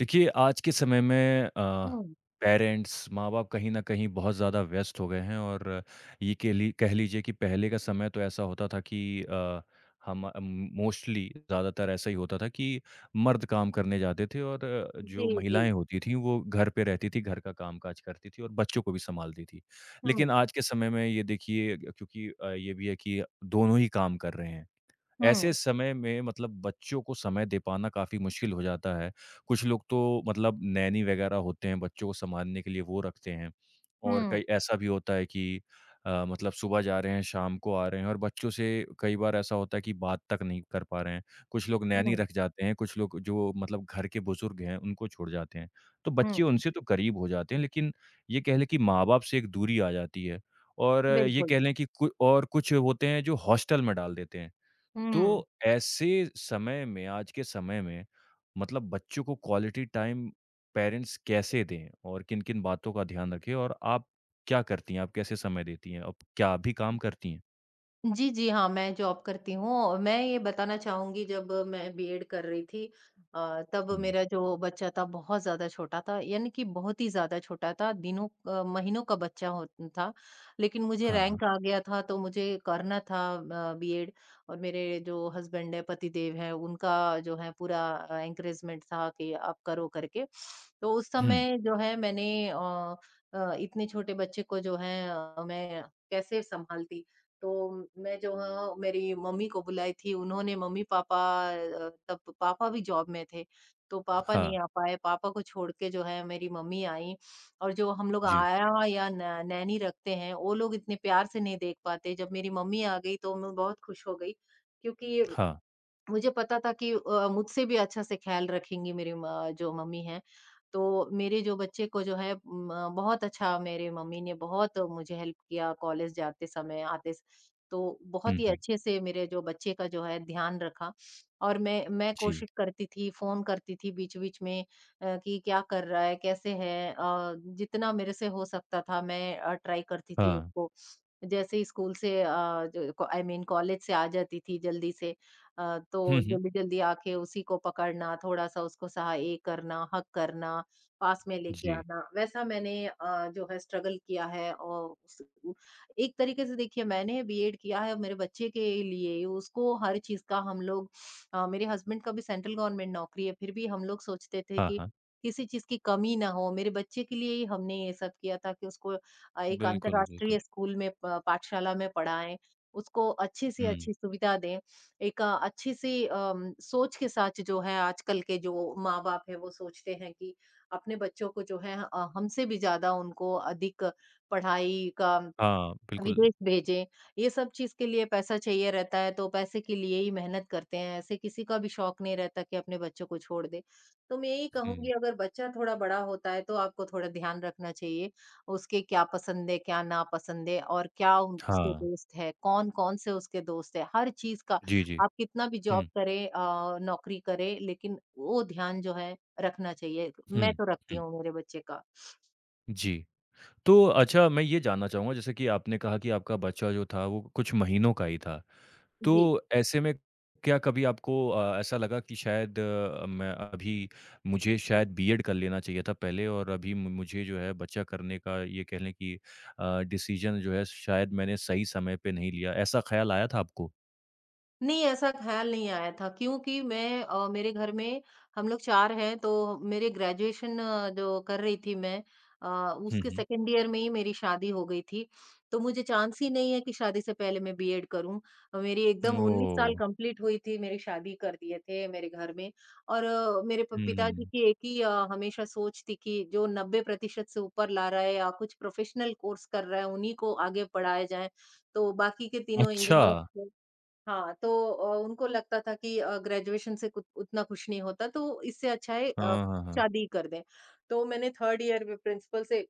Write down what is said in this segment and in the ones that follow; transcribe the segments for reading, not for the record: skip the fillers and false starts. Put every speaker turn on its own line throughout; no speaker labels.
देखिए, आज के समय में
हुँ,
पेरेंट्स, माँ-बाप कहीं न कहीं बहुत ज़्यादा व्यस्त हो गए हैं और ये कह लीजिए कि पहले का समय तो ऐसा होता था कि हम अम, मोस्टली ज़्यादातर ऐसा ही होता था कि मर्द काम करने जाते थे और
जी,
जो
जी।
महिलाएँ होती थीं, वो घर पे रहती थीं, घर का काम-काज करती थीं और बच्चों को भी सँभालती थीं। लेकिन
हुँ,
आज के समय में ये देखिए क्योंकि ये भी है कि दोनों ही काम कर रहे हैं,
हुँ,
ऐसे समय में मतलब बच्चों को समय दे पाना काफ़ी मुश्किल हो जाता है। कुछ लोग तो मतलब नैनी वग़ैरह होते हैं, बच्चों को सँभालने के लिए वो रखते हैं और
हुँ,
कई ऐसा भी होता है कि मतलब सुबह जा रहे हैं, शाम को आ रहे हैं और बच्चों से कई बार ऐसा होता है कि बात तक नहीं कर पा रहे हैं। कुछ लोग नैनी
हुँ,
रख जाते हैं, कुछ लोग जो मतलब घर के बुज़ुर्ग हैं, उनको छोड़ जाते हैं। तो बच्चे
हुँ,
उनसे तो करीब हो जाते हैं, लेकिन ये कह लें कि माँ-बाप से एक दूरी आ जाती है और ये
बिल्कुल।
कह लें कि कु और कुछ होते हैं जो हॉस्टल में डाल देते हैं। तो
हुँ,
ऐसे समय में आज के समय में मतलब बच्चों को क्वालिटी टाइम पेरेंट्स कैसे दें और किन-किन बातों का ध्यान रखें और आप क्या करती हैं? आप कैसे समय देती हैं? आप क्या अभी काम करती हैं?
जी, जी, हाँ, मैं जॉब करती हूँ और मैं ये बताना चाहूँगी जब मैं बीएड कर रही थी तब
हुँ।
मेरा जो बच्चा था बहुत ज़्यादा छोटा था, यानी कि बहुत ही ज़्यादा छोटा था, दिनों महीनों का बच्चा हो था। लेकिन मुझे
हाँ, हाँ।
रैंक आ गया था तो मुझे करना था बीएड और मेरे जो हस्बैंड है, पतिदेव हैं, उनका जो है पूरा एनकरेजमेंट था कि आप करो करके। तो उस
हुँ,
समय जो है मैंने इतने छोटे बच्चे को जो है मैं कैसे संभालती? तो मैं जो हूँ मेरी मम्मी को बुलाई थी, उन्होंने मम्मी-पापा तब पापा भी जॉब में थे, तो पापा
हाँ।
नहीं आ पाए, पापा को छोड़ के जो है मेरी मम्मी आई। और जो हम लोग
जी।
आया या न नैनी रखते हैं, वो लोग इतने प्यार से नहीं देख पाते। जब मेरी मम्मी आ गई तो मैं बहुत खुश हो गई क्योंकि
हाँ।
मुझे पता था कि मुझसे भी अच्छा से ख़्याल रखेंगी मेरी म जो मम्मी हैं। तो मेरे जो बच्चे को जो है बहुत अच्छा मेरे मम्मी ने बहुत मुझे हेल्प किया कॉलेज जाते समय, आते स तो
हुँ,
बहुत ही
हुँ।
अच्छे से मेरे जो बच्चे का जो है ध्यान रखा। और मैं
जी।
कोशिश करती थी, फ़ोन करती थी बीच-बीच में कि क्या कर रहा है? कैसे है? जितना मेरे से हो सकता था मैं ट्राई करती थी
हाँ।
उसको। जैसे ही स्कूल से जो को आई मीन कॉलेज से आ जाती थी जल्दी से तो
हुँ, हुँ।
जल्दी-जल्दी आके उसी को पकड़ना, थोड़ा-सा उसको सहा ए करना, हग करना, पास में लेके
जी।
आना, वैसा मैंने जो है स्ट्रगल किया है और उस उ एक तरीके से देखिए मैंने बीएड किया है मेरे बच्चे के लिए, उसको हर चीज़ का हम लोग मेरे हस्बैंड का भी सेंट्रल गवर्नमेंट नौकरी है, फिर भी हम लोग सोचते थे
हाँ,
कि
हाँ।
किसी चीज़ की कमी ना हो, मेरे बच्चे के लिए ही हमने ये सब किया था कि उसको एक
बिल्कुल, बिल्कुल।
अंतर्राष्ट्रीय स्कूल में प पाठशाला में पढ़ाएँ, उसको अच्छी से
हुँ।
अच्छी सुविधा दें। एक अच्छी-सी सोच के साथ जो है आजकल के जो माँ-बाप हैं वो सोचते हैं कि अपने बच्चों को जो है हमसे भी ज़्यादा उनको अधिक पढ़ाई का
हाँ, बिल्कुल।
विदेश भेजें, ये सब चीज़ के लिए पैसा चाहिए रहता है, तो पैसे के लिए ही मेहनत करते हैं, ऐसे किसी का भी शौक नहीं रहता कि अपने बच्चों को छोड़ दे। तो मैं यही
हुँ।
कहूँगी अगर बच्चा थोड़ा बड़ा होता है, तो आपको थोड़ा ध्यान रखना चाहिए, उसके क्या पसंद है, क्या नापसंद है और क्या उन उसके
हाँ।
दोस्त हैं, कौन-कौन से उसके दोस्त हैं, हर चीज़ का
जी, जी।
आप कितना भी जॉब
हुँ,
करें नौकरी करें, लेकिन वो ध्यान जो है रखना चाहिए,
हुँ,
मैं तो रखती
हुँ।
हूँ मेरे बच्चे का।
जी। तो अच्छा मैं ये जानना चाहूँगा जैसे कि आपने कहा कि आपका बच्चा जो था वो कुछ महीनों का ही था। तो
जी।
ऐसे में क्या कभी आपको ऐसा लगा कि शायद मैं अभी मुझे शायद बीएड कर लेना चाहिए था पहले और अभी मु मुझे जो है बच्चा करने का ये कह लें कि डिसीज़न जो है शायद मैंने सही समय पे नहीं लिया। ऐसा ख़्याल आया था आपको?
नहीं, ऐसा ख़्याल नहीं आया था क्योंकि मैं मेरे घर में हम लोग 4 हैं तो मेरे ग्रेजुएशन जो कर रही थी मैं अ,
हुँ,
उसके
हुँ।
सेकंड ईयर में ही मेरी शादी हो गई थी। तो मुझे चांस ही नहीं है कि शादी से पहले मैं बीएड करूँ। मेरी एकदम 19 साल
ओह!
कंप्लीट हुई थी, मेरी शादी कर दिए थे मेरे घर में और मेरे प
हुँ,
पिताजी
हुँ।
की एक ही हमेशा सोच थी कि जो 90% से ऊपर ला रहा है या कुछ प्रोफ़ेशनल कोर्स कर रहा है, उन्हीं को आगे पढ़ाया जाए। तो बाकी के तीनों
अच्छा।
इंजीनियर हाँ, तो उनको लगता था कि ग्रेजुएशन से कुत उतना कुछ नहीं होता तो इससे अच्छा है
हाँ, हाँ, हाँ।
शादी ही कर दें। तो मैंने 3rd ईयर में प्रिंसिपल से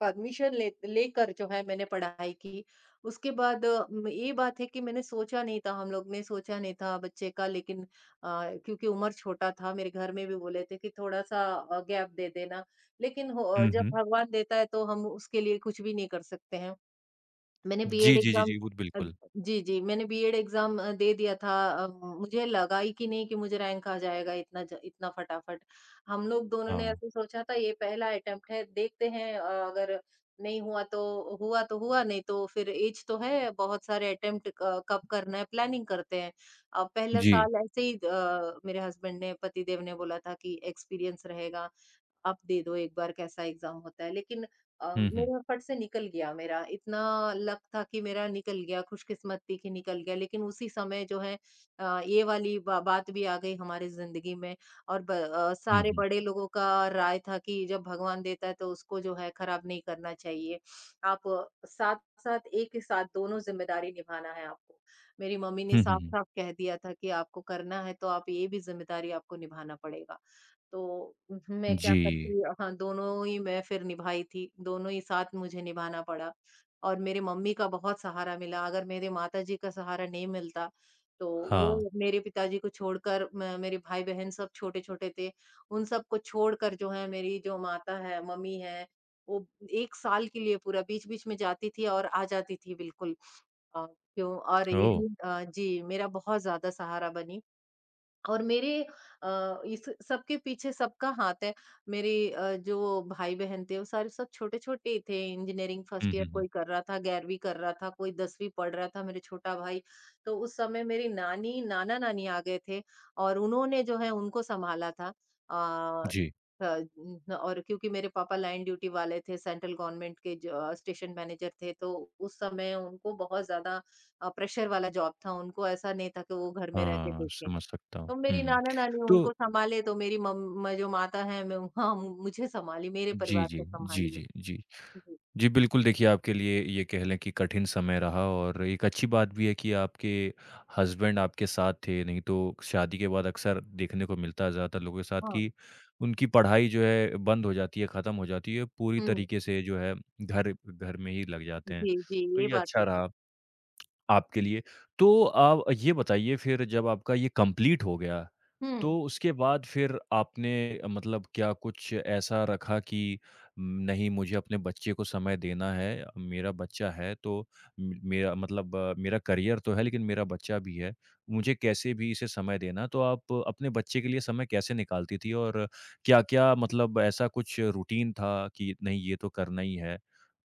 परमिशन ले लेकर जो है मैंने पढ़ाई की। उसके बाद अ, म ये बात है कि मैंने सोचा नहीं था हम लोग ने सोचा नहीं था बच्चे का लेकिन क्योंकि उम्र छोटा था मेरे घर में भी बोले थे कि थोड़ा-सा गैप दे देना। लेकिन
हुँ,
जब
हुँ।
भगवान देता है तो हम उसके लिए कुछ भी नहीं कर सकते हैं। मैंने
जी,
बीएड
जी, जी,
एग्जाम
जी। वो
अ,
बिल्कुल।
जी, जी, मैंने बीएड एग्जाम दे दिया था। अ, मुझे लगा ही कि नहीं कि मुझे रैंक आ जाएगा इतना ज इतना फटाफट। हम लोग दोनों ने
हाँ।
ऐसे सोचा था ये पहला अटेम्प्ट है, देखते हैं अगर नहीं हुआ तो हुआ तो हुआ, नहीं तो फिर ऐज तो है, बहुत सारे अटेम्प्ट क कब करना है प्लानिंग करते हैं। अब पहला
जी।
साल ऐसे ही मेरे हस्बैंड ने पतिदेव ने बोला था कि एक्सपीरियंस रहेगा। आप दे दो एक बार कैसा एग्जाम होता है लेकिन
हुँ, हुँ।
मेरा फट से निकल गया मेरा इतना लक था कि मेरा निकल गया खुशकिस्मत थी कि निकल गया लेकिन उसी समय जो है ये वाली बा, बात भी आ गई हमारी जिंदगी में और
हुँ,
सारे
हुँ।
बड़े लोगों का राय था कि जब भगवान देता है तो उसको जो है खराब नहीं करना चाहिए आप साथ साथ एक ही साथ दोनों जिम्मेदारी निभाना है आपको। मेरी मम्मी ने
हुँ, हुँ,
साफ
हुँ।
साफ कह दिया था कि आपको करना है तो आप ये भी जिम्मेदारी आपको निभाना पड़ेगा। तो मैं क्या
जी,
करती हाँ, दोनों ही मैं फिर निभाई थी, दोनों ही साथ मुझे निभाना पड़ा और मेरे मम्मी का बहुत सहारा मिला, अगर मेरे माताजी का सहारा नहीं मिलता, तो
हाँ।
वो मेरे पिताजी को छोड़कर म मेरे भाई-बहन सब छोटे-छोटे थे, उन सबको छोड़कर जो है मेरी जो माता है, मम्मी है, वो 1 साल के लिए पूरा बीच-बीच में जाती थी और आ जाती थी बिल्कुल अ, क्यों और
ओह!
यही जी, मेरा बहुत ज़्यादा सहारा बनी और मेरे इस सबके पीछे सबका हाथ है। मेरे जो भाई-बहन थे, वो सारे सब छोटे-छोटे ही थे। इंजीनियरिंग
हुँ,
फर्स्ट
हुँ,
ईयर
हुँ।
कोई कर रहा था, 11वीं कर रहा था, कोई 10वीं पढ़ रहा था, मेरे छोटा भाई। तो उस समय मेरी नानी, नाना-नानी आ गए थे और उन्होंने जो है उनको संभाला था। अ,
जी,
अ, न और क्योंकि मेरे पापा लाइन ड्यूटी वाले थे, सेंट्रल गवर्नमेंट के स्टेशन मैनेजर थे, तो उस समय उनको बहुत ज़्यादा प्रेशर वाला जॉब था। उनको ऐसा नहीं था कि वो घर में रह के
हाँ,
देखें।
समझ सकता हूँ।
तो
हुँ,
मेरी
हुँ।
नाना-नानी
तो
उनको सँभाले, तो मेरी मम मैं जो माता हैं, मैं हाँ, मुझे सँभाली, मेरे
जी,
परिवार को
जी। जी,
सँभाली
जी, जी।
है। जी,
जी, बिल्कुल देखिए आपके लिए ये कह लें कि कठिन समय रहा और एक अच्छी बात भी है कि आपके हस्बैंड आपके साथ थे, नहीं तो शादी के बाद अक्सर देखने को मिलता है ज़्यादातर लोगों के साथ
हाँ।
कि उनकी पढ़ाई जो है बंद हो जाती है, ख़त्म हो जाती है, पूरी
हुँ।
तरीके से जो है घर घर में ही लग जाते हैं।
जी, जी,
तो
ये
ये
बात
अच्छा
तो है।
रहा आपके लिए। तो आप ये बताइए फिर जब आपका ये कंप्लीट हो गया,
हुँ,
तो उसके बाद फिर आपने मतलब क्या कुछ ऐसा रखा कि नहीं मुझे अपने बच्चे को समय देना है, मेरा बच्चा है तो म मेरा मतलब मेरा करियर तो है लेकिन मेरा बच्चा भी है, मुझे कैसे भी इसे समय देना है। तो आप अपने बच्चे के लिए समय कैसे निकालती थी और क्या-क्या मतलब ऐसा कुछ रूटीन था कि नहीं ये तो करना ही है?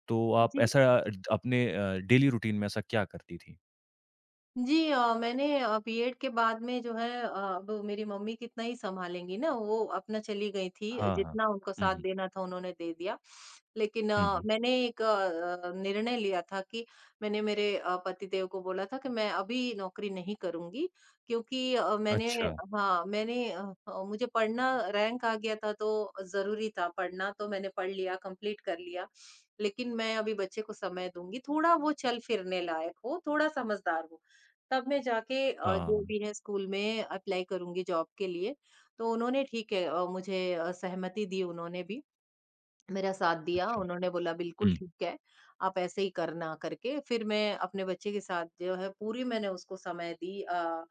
तो आप
जी।
ऐसा अपने डेली रूटीन में ऐसा क्या करती थी?
जी, मैंने बीएड के बाद में जो है अब मेरी मम्मी कितना ही संभालेंगी ना वो अपना चली गई थी
हाँ, हाँ।
जितना उनको
हुँ,
साथ
हुँ।
देना था उन्होंने दे दिया। लेकिन
हुँ, हुँ।
मैंने एक निर्णय लिया था कि मैंने मेरे पतिदेव को बोला था कि मैं अभी नौकरी नहीं करूंगी क्योंकि मैंने
अच्छा,
हाँ मैंने मुझे पढ़ना रैंक आ गया था तो जरूरी था पढ़ना तो मैंने पढ़ लिया कंप्लीट कर लिया लेकिन मैं अभी बच्चे को समय दूंगी थोड़ा वो चल फिरने लायक हो थोड़ा समझदार हो तब मैं जाके जो
हाँ,
भी है स्कूल में अप्लाई करूँगी जॉब के लिए। तो उन्होंने ठीक है मुझे सहमति दी उन्होंने भी। मेरा साथ दिया,
अच्छा।
उन्होंने बोला बिल्कुल
हुँ,
ठीक है, आप ऐसे ही करना करके फिर मैं अपने बच्चे के साथ जो है पूरी मैंने उसको समय दी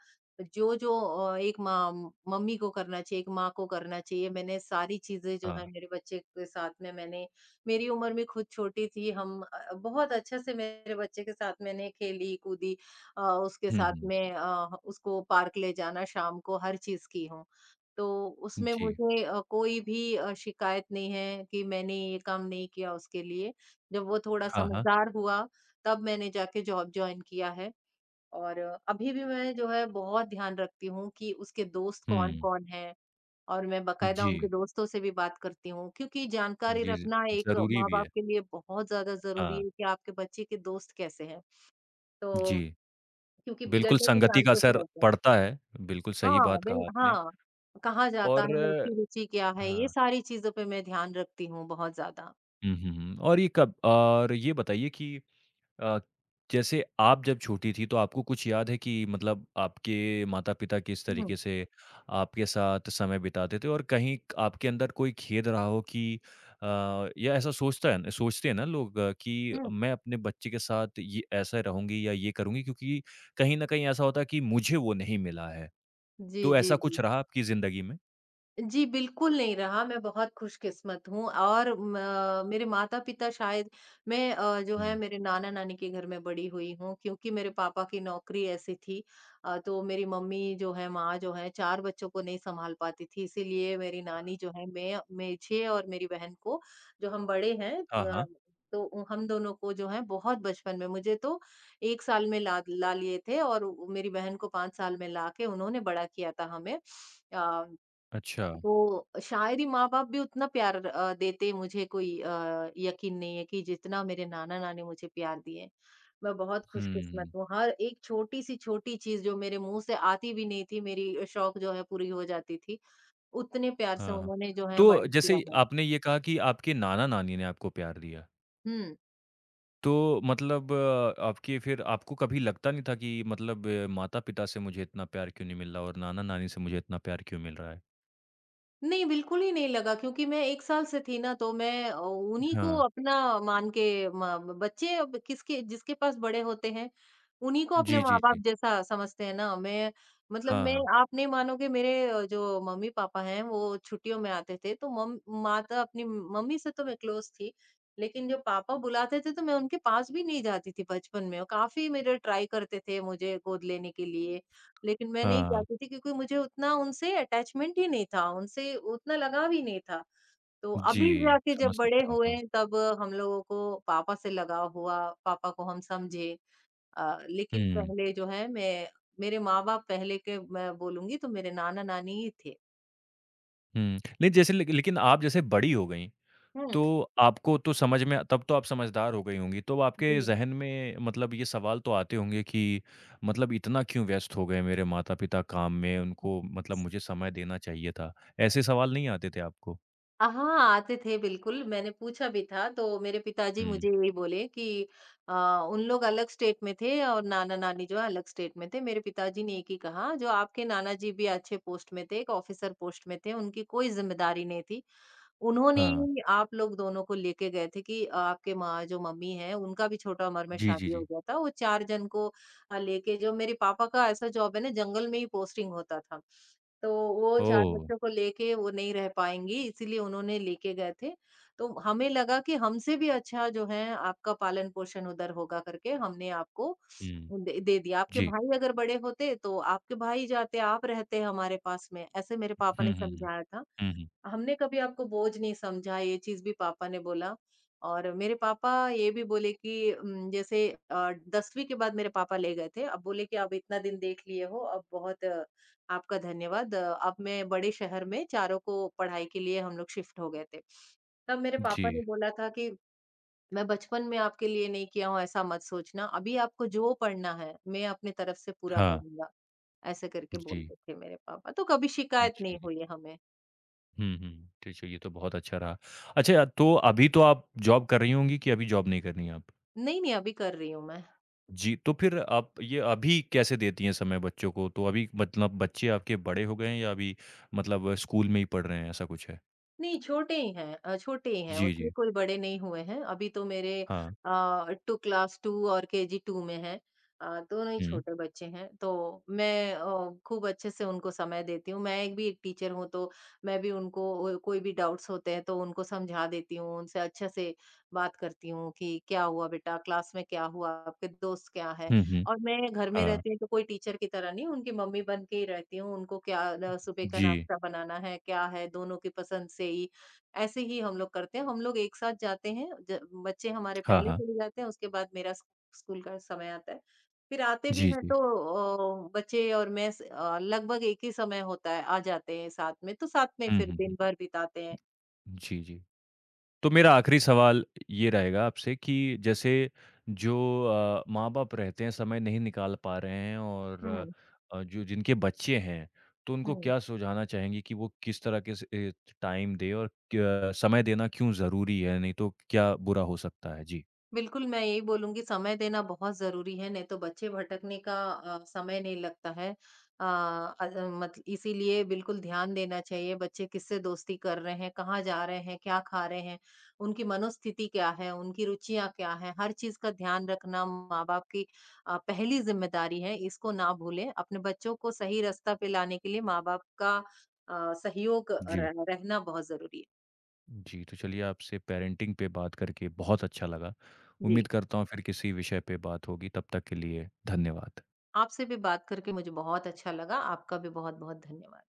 जो-जो एक माँ मम्मी को करना चाहिए, एक माँ को करना चाहिए, मैंने सारी चीज़ें जो है
हाँ।
मेरे बच्चे के साथ में मैंने मेरी उम्र में खुद छोटी थी हम बहुत अच्छे से मेरे बच्चे के साथ मैंने खेली-कूदी उसके
हुँ,
साथ
हुँ।
में उसको पार्क ले जाना शाम को हर चीज़ की हूँ। तो उसमें
जी।
मुझे कोई भी शिकायत नहीं है कि मैंने ये काम नहीं किया उसके लिए। जब वो थोड़ा
हाँ, हाँ।
समझदार हुआ, तब मैंने जाके जॉब जॉइन किया है और अभी भी मैं जो है बहुत ध्यान रखती हूँ कि उसके दोस्त
हुँ।
कौन-कौन हैं और मैं बाकायदा
जी,
उनके दोस्तों से भी बात करती हूँ क्योंकि जानकारी
जी, ज
रखना एक
ज़रूरी भी
माँ-बाप
है।
के लिए बहुत ज़्यादा ज़रूरी
हाँ,
है कि आपके बच्चे के दोस्त कैसे हैं। तो
जी।
क्योंकि
बिल्कुल
बिगड़ने के
संगति का
चांसेस
असर
रहते हैं।
पड़ता है, बिल्कुल सही
हाँ,
बात कहा
बिल
आपने
हाँ, कहाँ जाता है,
और
उसकी रुचि क्या है, ये
हाँ।
सारी चीज़ों पे मैं ध्यान रखती हूँ बहुत ज़्यादा।
हुँ, हुँ, हुँ और ये कब और ये बताइए कि अ, जैसे आप जब छोटी थी तो आपको कुछ याद है कि मतलब आपके माता-पिता किस
हुँ,
तरीके से आपके साथ समय बिताते थे? और कहीं आपके अंदर कोई खेद रहा हो कि अ, या ऐसा सोचता है सोचते हैं ना लोग कि
हुँ।
मैं अपने बच्चे के साथ ये ऐसा रहूँगी या ये करूँगी क्योंकि कहीं न कहीं ऐसा होता है कि मुझे वो नहीं मिला है।
जी,
तो
जी,
ऐसा
जी।
कुछ रहा आपकी ज़िंदगी में?
जी, बिल्कुल नहीं रहा, मैं बहुत खुशकिस्मत हूँ और म मेरे माता-पिता शायद मैं जो है
हुँ।
मेरे नाना-नानी के घर में बड़ी हुई हूँ क्योंकि मेरे पापा की नौकरी ऐसी थी तो मेरी मम्मी जो है, माँ जो है 4 बच्चों को नहीं सँभाल पाती थी, इसीलिए मेरी नानी जो है, मैं मुझे और मेरी बहन को जो हम बड़े हैं
हाँ, हाँ।
तो उ- हम दोनों को जो है बहुत बचपन में मुझे तो 1 साल में ला ला लिए थे और उ- मेरी बहन को 5 साल में लाके उन्होंने बड़ा किया था हमें। अ
अच्छा।
वो शायद ही माँ-बाप भी उतना प्यार देते मुझे कोई यकीन नहीं है कि जितना मेरे नाना-नानी मुझे प्यार दिए। मैं बहुत
हुँ,
खुशकिस्मत हूँ, हर एक छोटी सी छोटी चीज़ जो मेरे मुँह से आती भी नहीं थी, मेरी शौक जो है पूरी हो जाती थी, उतने प्यार से
हाँ, हाँ।
उन्होंने जो है
तो
बड़ा किया
जैसे
है।
आपने ये कहा कि आपके नाना-नानी ने आपको प्यार दिया।
हुँ।
तो मतलब आपके फिर आपको कभी लगता नहीं था कि मतलब माता-पिता से मुझे इतना प्यार क्यों नहीं मिल रहा और नाना-नानी से मुझे इतना प्यार क्यों मिल रहा है?
नहीं, बिल्कुल ही नहीं लगा क्योंकि मैं 1 साल से थी ना तो उन्हीं को
हाँ।
अपना मान के म बच्चे अब किसके जिसके पास बड़े होते हैं, उन्हीं को अपने
जी, जी,
माँ-बाप
जी।
जैसा समझते हैं ना। मैं मतलब
हाँ,
मैं
हाँ।
आप नहीं मानोगे मेरे जो मम्मी-पापा हैं वो छुट्टियों में आते थे तो मम माता अपनी मम्मी से तो मैं क्लोज़ थी, लेकिन जो पापा बुलाते थे तो मैं उनके पास भी नहीं जाती थी बचपन में और काफ़ी मेरे ट्राई करते थे मुझे गोद लेने के लिए लेकिन मैं नहीं
हाँ, हाँ।
जाती थी क्योंकि मुझे उतना उनसे अटैचमेंट ही नहीं था, उनसे उतना लगाव ही नहीं था। तो अभी
जी,
जाके जब
समझ
बड़े
सकता हूँ।
हुए
हाँ।
तब हम लोगों को पापा से लगाव हुआ, पापा को हम समझे। लेकिन
हुँ,
पहले जो है मैं मेरे माँ-बाप पहले के मैं बोलूँगी तो मेरे नाना-नानी ही थे।
हुँ। नहीं जैसे लेकिन आप जैसे बड़ी हो गईं,
हुँ।
तो आपको तो समझ में तब तो आप समझदार हो गई होंगी, तो आपके ज़हन में मतलब ये सवाल तो आते होंगे कि मतलब इतना क्यों व्यस्त हो गए मेरे माता-पिता काम में, उनको मतलब मुझे समय देना चाहिए था। ऐसे सवाल नहीं आते थे आपको?
हाँ, आते थे बिल्कुल, मैंने पूछा भी था तो मेरे पिताजी
हुँ।
मुझे यही बोले कि अ, उन लोग अलग स्टेट में थे और नाना-नानी जो है अलग स्टेट में थे। मेरे पिताजी ने एक ही कहा जो आपके नाना जी भी अच्छे पोस्ट में थे, एक ऑफिसर पोस्ट में थे, उनकी कोई ज़िम्मेदारी नहीं थी। उन्होंने
हाँ।
ही आप लोग दोनों को लेके गए थे कि आपके माँ जो मम्मी हैं, उनका भी छोटा उम्र में
जी, जी,
शादी हो
जी।
गया था। वो 4 जन को लेके जो मेरे पापा का ऐसा जॉब है ना जंगल में ही पोस्टिंग होता था। तो वो 4
ओह!
बच्चों को लेके वो नहीं रह पाएँगी इसीलिए उन्होंने लेके गए थे। तो हमें लगा कि हमसे भी अच्छा जो है आपका पालन-पोषण उधर होगा करके हमने आपको
हुँ।
दे दे दिया। आपके
जी।
भाई अगर बड़े होते तो आपके भाई जाते, आप रहते हमारे पास में, ऐसे मेरे पापा
हुँ,
ने
हुँ, हुँ।
समझाया था।
हुँ, हुँ।
हमने कभी आपको बोझ नहीं समझा, ये चीज़ भी पापा ने बोला और मेरे पापा ये भी बोले कि जैसे 10वीं के बाद मेरे पापा ले गए थे। अब बोले कि अब इतना दिन देख लिए हो, अब बहुत आपका धन्यवाद। अब मैं बड़े शहर में चारों को पढ़ाई के लिए हम लोग शिफ्ट हो गए थे। तब मेरे
जी।
पापा ने बोला था कि मैं बचपन में आपके लिए नहीं किया हूँ, ऐसा मत सोचना। अभी आपको जो पढ़ना है, मैं अपनी तरफ से पूरा
हाँ।
करूँगा। ऐसे करके
जी।
बोलते थे मेरे पापा। तो कभी शिकायत नहीं
जी।
हुई है हमें।
हुँ, हुँ। तो चलिए ये तो बहुत अच्छा रहा। अच्छा तो अभी तो आप जॉब कर रही होंगी कि अभी जॉब नहीं कर रही हैं आप?
नहीं, नहीं, अभी कर रही हूँ मैं।
जी, तो फिर आप ये अभी कैसे देती हैं समय बच्चों को? तो अभी मतलब बच्चे आपके बड़े हो गए हैं या अभी मतलब स्कूल में ही पढ़ रहे हैं ऐसा कुछ है?
नहीं, छोटे ही हैं छोटे ही हैं,
जी,
उतने
जी।
कोई बड़े नहीं हुए हैं। अभी तो मेरे
हाँ।
अ, 2 क्लास 2 और केजी 2 में हैं। दोनों ही
हुँ।
छोटे बच्चे हैं, तो मैं खूब अच्छे से उनको समय देती हूँ। मैं एक टीचर हूँ, तो मैं भी उनको कोई भी डाउट्स होते हैं, तो उनको समझा देती हूँ, उनसे अच्छे से बात करती हूँ कि, "क्या हुआ बेटा? क्लास में क्या हुआ? आपके दोस्त क्या है?"
हुँ, हुँ।
और मैं घर में
हाँ।
रहती हूँ तो कोई टीचर की तरह नहीं उनकी मम्मी बन के ही रहती हूँ। उनको क्या सुबह का
जी।
नाश्ता बनाना है, क्या है, दोनों की पसंद से ही ऐसे ही हम लोग करते हैं। हम लोग एक साथ जाते हैं ज बच्चे हमारे
हाँ,
पहले
हाँ।
चले जाते हैं उसके बाद मेरा स्क स्कूल का समय आता है। फिर आते भी
जी,
हैं
जी।
तो बच्चे और मैं लगभग एक ही समय होता है, आ जाते हैं साथ में, तो साथ में
हुँ,
फिर
हुँ,
दिन
हुँ।
भर बिताते हैं।
जी, जी। तो मेरा आखिरी सवाल ये रहेगा आपसे कि जैसे जो माँ-बाप रहते हैं, समय नहीं निकाल पा रहे हैं और
हुँ,
जो जिनके बच्चे हैं, तो उनको
हुँ।
क्या सुझाना चाहेंगी कि वो किस तरह के टाइम दें और क समय देना क्यों ज़रूरी है? नहीं तो क्या बुरा हो सकता है? जी,
बिल्कुल, मैं यही बोलूँगी समय देना बहुत ज़रूरी है, नहीं तो बच्चे भटकने का समय नहीं लगता है। अ, अज मत इसीलिए बिल्कुल ध्यान देना चाहिए, बच्चे किससे दोस्ती कर रहे हैं, कहाँ जा रहे हैं, क्या खा रहे हैं, उनकी मनोस्थिति क्या है, उनकी रुचियाँ क्या हैं, हर चीज़ का ध्यान रखना माँ-बाप की पहली ज़िम्मेदारी है, इसको ना भूलें। अपने बच्चों को सही रास्ता पे लाने के लिए माँ-बाप का सहयोग
जी।
र रहना बहुत ज़रूरी है।
जी, तो चलिए आपसे पेरेंटिंग पे बात करके बहुत अच्छा लगा। उम्मीद
जी।
करता हूँ फिर किसी विषय पे बात होगी, तब तक के लिए धन्यवाद।
आपसे भी बात करके मुझे बहुत अच्छा लगा। आपका भी बहुत-बहुत धन्यवाद।